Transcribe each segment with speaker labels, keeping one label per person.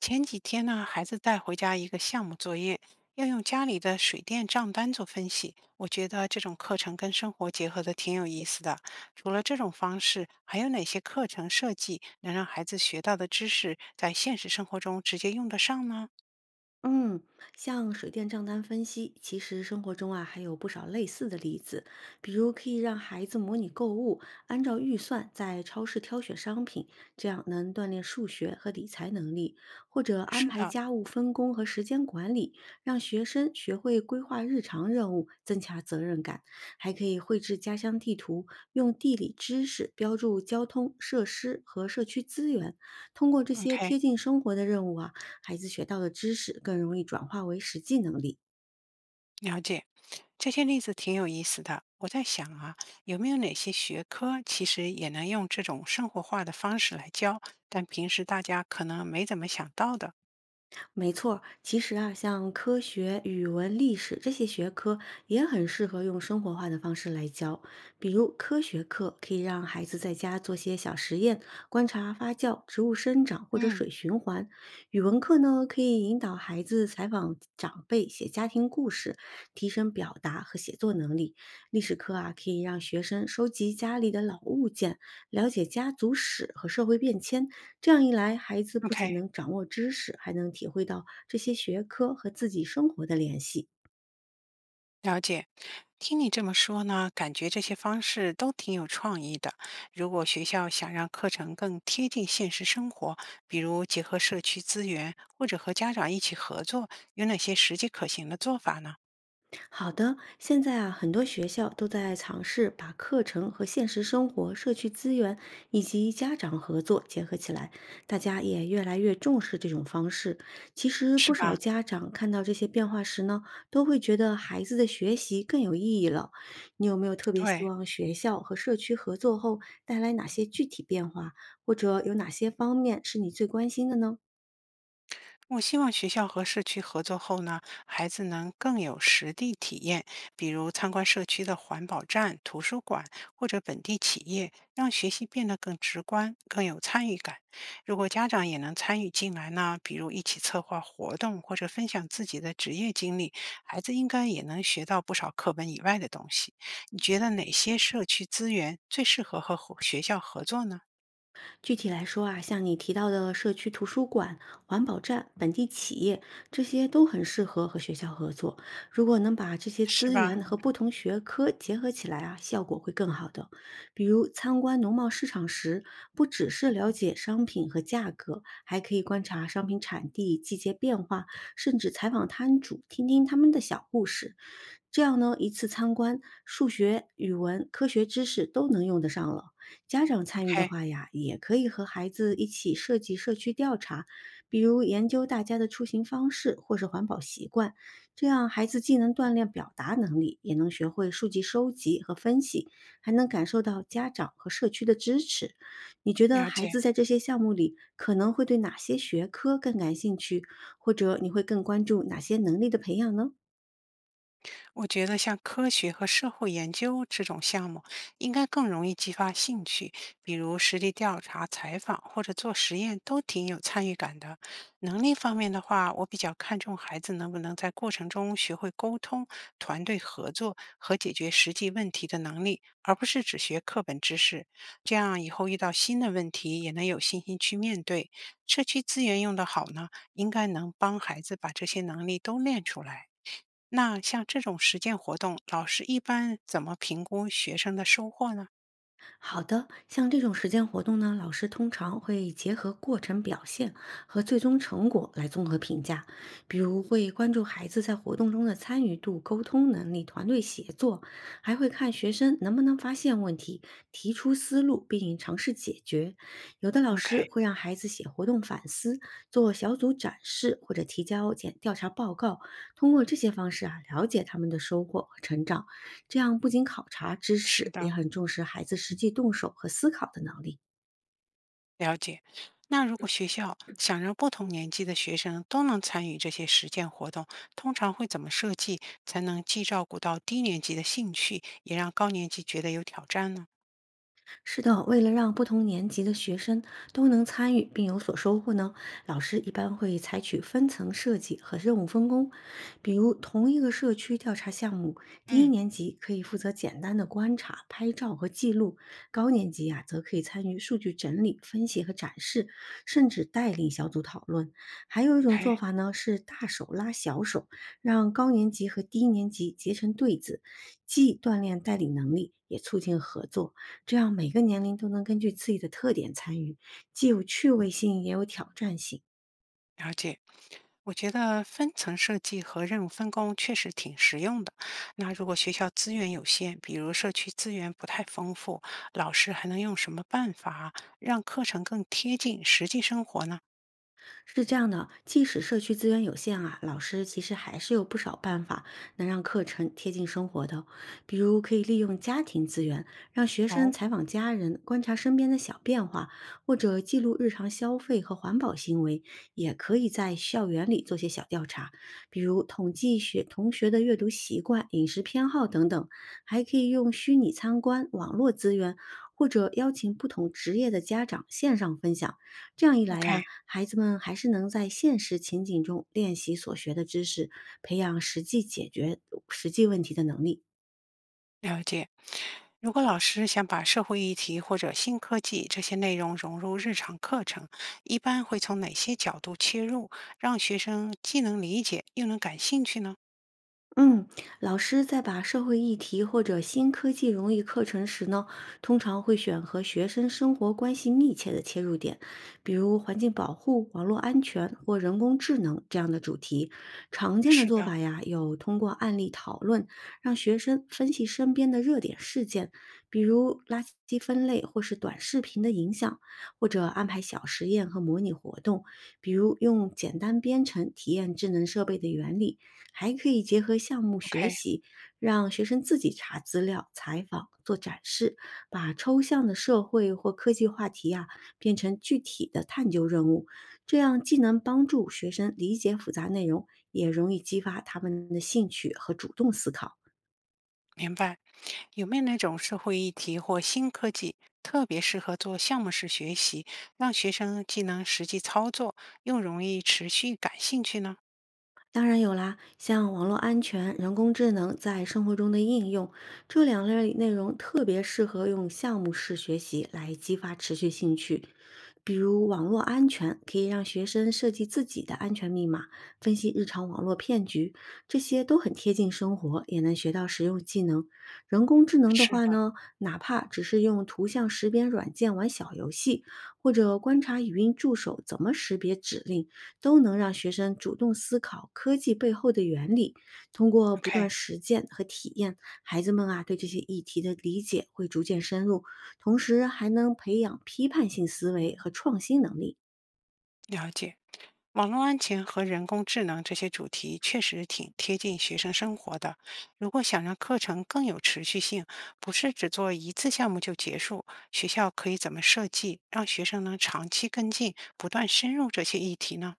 Speaker 1: 前几天呢，孩子带回家一个项目作业，要用家里的水电账单做分析。我觉得这种课程跟生活结合的挺有意思的。除了这种方式，还有哪些课程设计能让孩子学到的知识在现实生活中直接用得上呢？
Speaker 2: 嗯，像水电账单分析，其实生活中啊还有不少类似的例子，比如可以让孩子模拟购物，按照预算在超市挑选商品，这样能锻炼数学和理财能力；或者安
Speaker 1: 是
Speaker 2: 排
Speaker 1: 的。
Speaker 2: 家务分工和时间管理，让学生学会规划日常任务，增强责任感；还可以绘制家乡地图，用地理知识标注交通设施和社区资源，通过这
Speaker 1: 嗯
Speaker 2: 些
Speaker 1: ，OK，
Speaker 2: 贴近生活的任务啊。孩子学到的知识更容易转化为实际能力。
Speaker 1: 了解。这些例子挺有意思的。我在想啊，有没有哪些学科其实也能用这种生活化的方式来教，但平时大家可能没怎么想到的？
Speaker 2: 没错儿其实啊，像科学、语文、历史这些学科也很适合用生活化的方式来教。比如科学课可以让孩子在家做些小实验，观察发酵、植物生长或者
Speaker 1: 嗯
Speaker 2: 水循环；语文课呢，可以引导孩子采访长辈、写家庭故事，提升表达和写作能力。历史课啊，可以让学生收集家里的老物件，了解家族史和社会变迁。这样一来，孩子不仅
Speaker 1: ，OK。
Speaker 2: 能掌握知识，还能体会到这些学科和自己生活的联系。
Speaker 1: 了解，听你这么说呢，感觉这些方式都挺有创意的。如果学校想让课程更贴近现实生活，比如结合社区资源，或者和家长一起合作，有哪些实际可行的做法呢？
Speaker 2: 好的，现在啊，很多学校都在尝试把课程和现实生活、社区资源以及家长合作结合起来，大家也越来越重视这种方式。其实，不
Speaker 1: 是
Speaker 2: 少
Speaker 1: 吧？
Speaker 2: 家长看到这些变化时呢，都会觉得孩子的学习更有意义了。你有没有特别希
Speaker 1: 对。
Speaker 2: 望学校和社区合作后带来哪些具体变化，或者有哪些方面是你最关心的呢？
Speaker 1: 我希望学校和社区合作后呢，孩子能更有实地体验，比如参观社区的环保站、图书馆或者本地企业，让学习变得更直观、更有参与感。如果家长也能参与进来呢，比如一起策划活动或者分享自己的职业经历，孩子应该也能学到不少课本以外的东西。你觉得哪些社区资源最适合和伙学校合作呢？
Speaker 2: 具体来说啊，像你提到的社区图书馆、环保站、本地企业，这些都很适合和学校合作。如果能把这些
Speaker 1: 是
Speaker 2: 资
Speaker 1: 吧
Speaker 2: 源和不同学科结合起来啊，效果会更好的。比如参观农贸市场时，不只是了解商品和价格，还可以观察商品产地、季节变化，甚至采访摊主，听听他们的小故事。这样呢，一次参观，数学、语文、科学知识都能用得上了。家长参与的
Speaker 1: ？OK，
Speaker 2: 话呀，也可以和孩子一起设计社区调查，比如研究大家的出行方式或是环保习惯，这样孩子既能锻炼表达能力，也能学会数据收集和分析，还能感受到家长和社区的支持。你觉得
Speaker 1: 了
Speaker 2: 孩
Speaker 1: 解。
Speaker 2: 子在这些项目里可能会对哪些学科更感兴趣，或者你会更关注哪些能力的培养呢？
Speaker 1: 我觉得像科学和社会研究这种项目，应该更容易激发兴趣，比如实地调查、采访或者做实验，都挺有参与感的。能力方面的话，我比较看重孩子能不能在过程中学会沟通、团队合作和解决实际问题的能力，而不是只学课本知识。这样以后遇到新的问题，也能有信心去面对。社区资源用得好呢，应该能帮孩子把这些能力都练出来。那像这种实践活动，老师一般怎么评估学生的收获呢
Speaker 2: 好的，像这种实践活动呢，老师通常会结合过程表现和最终成果来综合评价，比如会关注孩子在活动中的参与度、沟通能力、团队协作，还会看学生能不能发现问题、提出思路并尝试解决。有的老师
Speaker 1: ？OK，
Speaker 2: 会让孩子写活动反思、做小组展示或者提交检调查报告，通过这些方式啊，了解他们的收获和成长。这样不仅考察知
Speaker 1: 是
Speaker 2: 识，也
Speaker 1: 的，
Speaker 2: 很重视孩子实际动手和思考的能力。
Speaker 1: 了解。那如果学校想让不同年级的学生都能参与这些实践活动，通常会怎么设计，才能既照顾到低年级的兴趣，也让高年级觉得有挑战呢？
Speaker 2: 是的，为了让不同年级的学生都能参与并有所收获呢，老师一般会采取分层设计和任务分工。比如，同一个社区调查项目，低一
Speaker 1: 嗯
Speaker 2: 年级可以负责简单的观察、拍照和记录；高年级啊，则可以参与数据整理、分析和展示，甚至带领小组讨论。还有一种
Speaker 1: ，OK。
Speaker 2: 做法呢，是大手拉小手，让高年级和低年级结成对子，既锻炼带领能力，也促进合作。这样每个年龄都能根据自己的特点参与，既有趣味性也有挑战性。
Speaker 1: 了解，我觉得分层设计和任务分工确实挺实用的。那如果学校资源有限，比如社区资源不太丰富，老师还能用什么办法让课程更贴近实际生活呢？
Speaker 2: 是这样的，即使社区资源有限啊，老师其实还是有不少办法能让课程贴近生活的。比如可以利用家庭资源，让学生
Speaker 1: 哦
Speaker 2: 采访家人，观察身边的小变化，或者记录日常消费和环保行为。也可以在校园里做些小调查，比如统计学同学的阅读习惯、饮食偏好等等。还可以用虚拟参观、网络资源，或者邀请不同职业的家长线上分享。这样一来呀、
Speaker 1: ，OK，
Speaker 2: 孩子们还是能在现实情景中练习所学的知识，培养实际解决实际问题的能力。
Speaker 1: 了解。如果老师想把社会议题或者新科技这些内容融入日常课程，一般会从哪些角度切入，让学生既能理解又能感兴趣呢？
Speaker 2: 嗯，老师在把社会议题或者新科技融入课程时呢，通常会选和学生生活关系密切的切入点，比如环境保护、网络安全或人工智能这样的主题。常见的
Speaker 1: 是
Speaker 2: 做
Speaker 1: 的
Speaker 2: 法呀，有通过案例讨论，让学生分析身边的热点事件，比如垃圾分类或是短视频的影响，或者安排小实验和模拟活动，比如用简单编程体验智能设备的原理。还可以结合项目学
Speaker 1: ，OK。
Speaker 2: 习，让学生自己查资料、采访、做展示，把抽象的社会或科技话题啊变成具体的探究任务。这样既能帮助学生理解复杂内容，也容易激发他们的兴趣和主动思考。
Speaker 1: 明白，有没有那种社会议题或新科技特别适合做项目式学习，让学生既能实际操作，又容易持续感兴趣呢？
Speaker 2: 当然有啦，像网络安全、人工智能在生活中的应用，这两类内容特别适合用项目式学习来激发持续兴趣。比如，网络安全可以让学生设计自己的安全密码，分析日常网络骗局，这些都很贴近生活，也能学到实用技能。人工智能的
Speaker 1: 是
Speaker 2: 话
Speaker 1: 的
Speaker 2: 呢，哪怕只是用图像识别软件玩小游戏，或者观察语音助手怎么识别指令，都能让学生主动思考科技背后的原理。通过不
Speaker 1: ，OK，
Speaker 2: 断实践和体验，孩子们啊对这些议题的理解会逐渐深入，同时还能培养批判性思维和创新能力。
Speaker 1: 了解。网络安全和人工智能这些主题确实挺贴近学生生活的。如果想让课程更有持续性，不是只做一次项目就结束，学校可以怎么设计，让学生能长期跟进，不断深入这些议题呢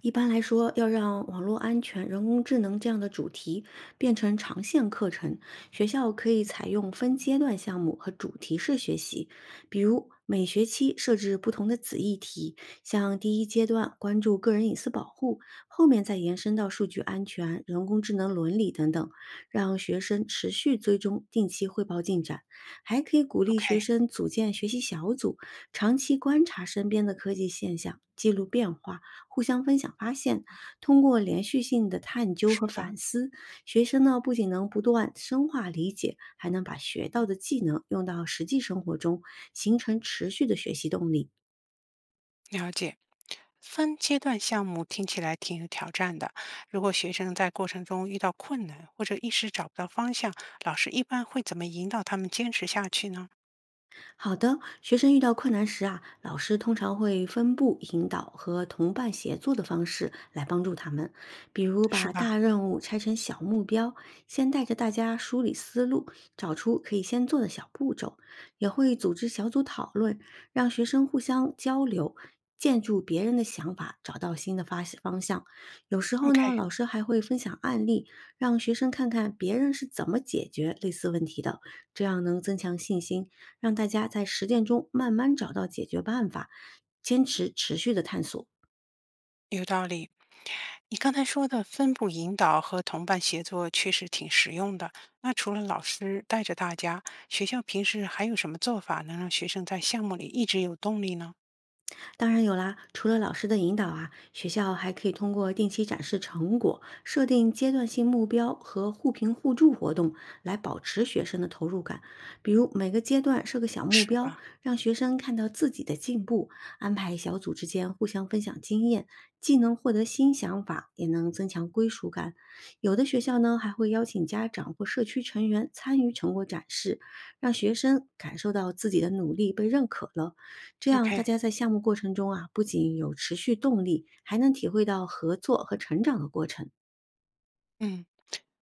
Speaker 2: 一般来说，要让网络安全、人工智能这样的主题变成长线课程，学校可以采用分阶段项目和主题式学习，比如每学期设置不同的子议题，像第一阶段关注个人隐私保护，后面再延伸到数据安全、人工智能伦理等等，让学生持续追踪、定期汇报进展。还可以鼓励学
Speaker 1: ？OK，
Speaker 2: 生组建学习小组，长期观察身边的科技现象，记录变化。互相分享发现。通过连续性的探究和
Speaker 1: 是的，
Speaker 2: 反思，学生呢不仅能不断深化理解，还能把学到的技能用到实际生活中，形成持续的学习动力。
Speaker 1: 了解。分阶段项目听起来挺有挑战的。如果学生在过程中遇到困难或者一时找不到方向，老师一般会怎么引导他们坚持下去呢？
Speaker 2: 好的，学生遇到困难时啊，老师通常会分步引导和同伴协作的方式来帮助他们，比如
Speaker 1: 是
Speaker 2: 把
Speaker 1: 吧
Speaker 2: 大任务拆成小目标，先带着大家梳理思路，找出可以先做的小步骤，也会组织小组讨论，让学生互相交流。建筑别人的想法，找到新的发方向。有时候呢，
Speaker 1: ？OK，
Speaker 2: 老师还会分享案例，让学生看看别人是怎么解决类似问题的，这样能增强信心，让大家在实践中慢慢找到解决办法，坚持持续的探索。
Speaker 1: 有道理。你刚才说的分步引导和同伴协作确实挺实用的。那除了老师带着大家，学校平时还有什么做法能让学生在项目里一直有动力呢？
Speaker 2: 当然有啦，除了老师的引导啊，学校还可以通过定期展示成果、设定阶段性目标和互评互助活动来保持学生的投入感。比如每个阶段设个小目
Speaker 1: 是
Speaker 2: 标，
Speaker 1: 吧
Speaker 2: 让学生看到自己的进步；安排小组之间互相分享经验，既能获得新想法，也能增强归属感。有的学校呢，还会邀请家长或社区成员参与成果展示，让学生感受到自己的努力被认可了。这样，大
Speaker 1: ？OK，
Speaker 2: 家在项目过程中啊，不仅有持续动力，还能体会到合作和成长的过程。
Speaker 1: 嗯，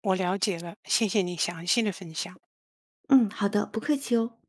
Speaker 1: 我了解了，谢谢你详细的分享。
Speaker 2: 嗯，好的，不客气哦。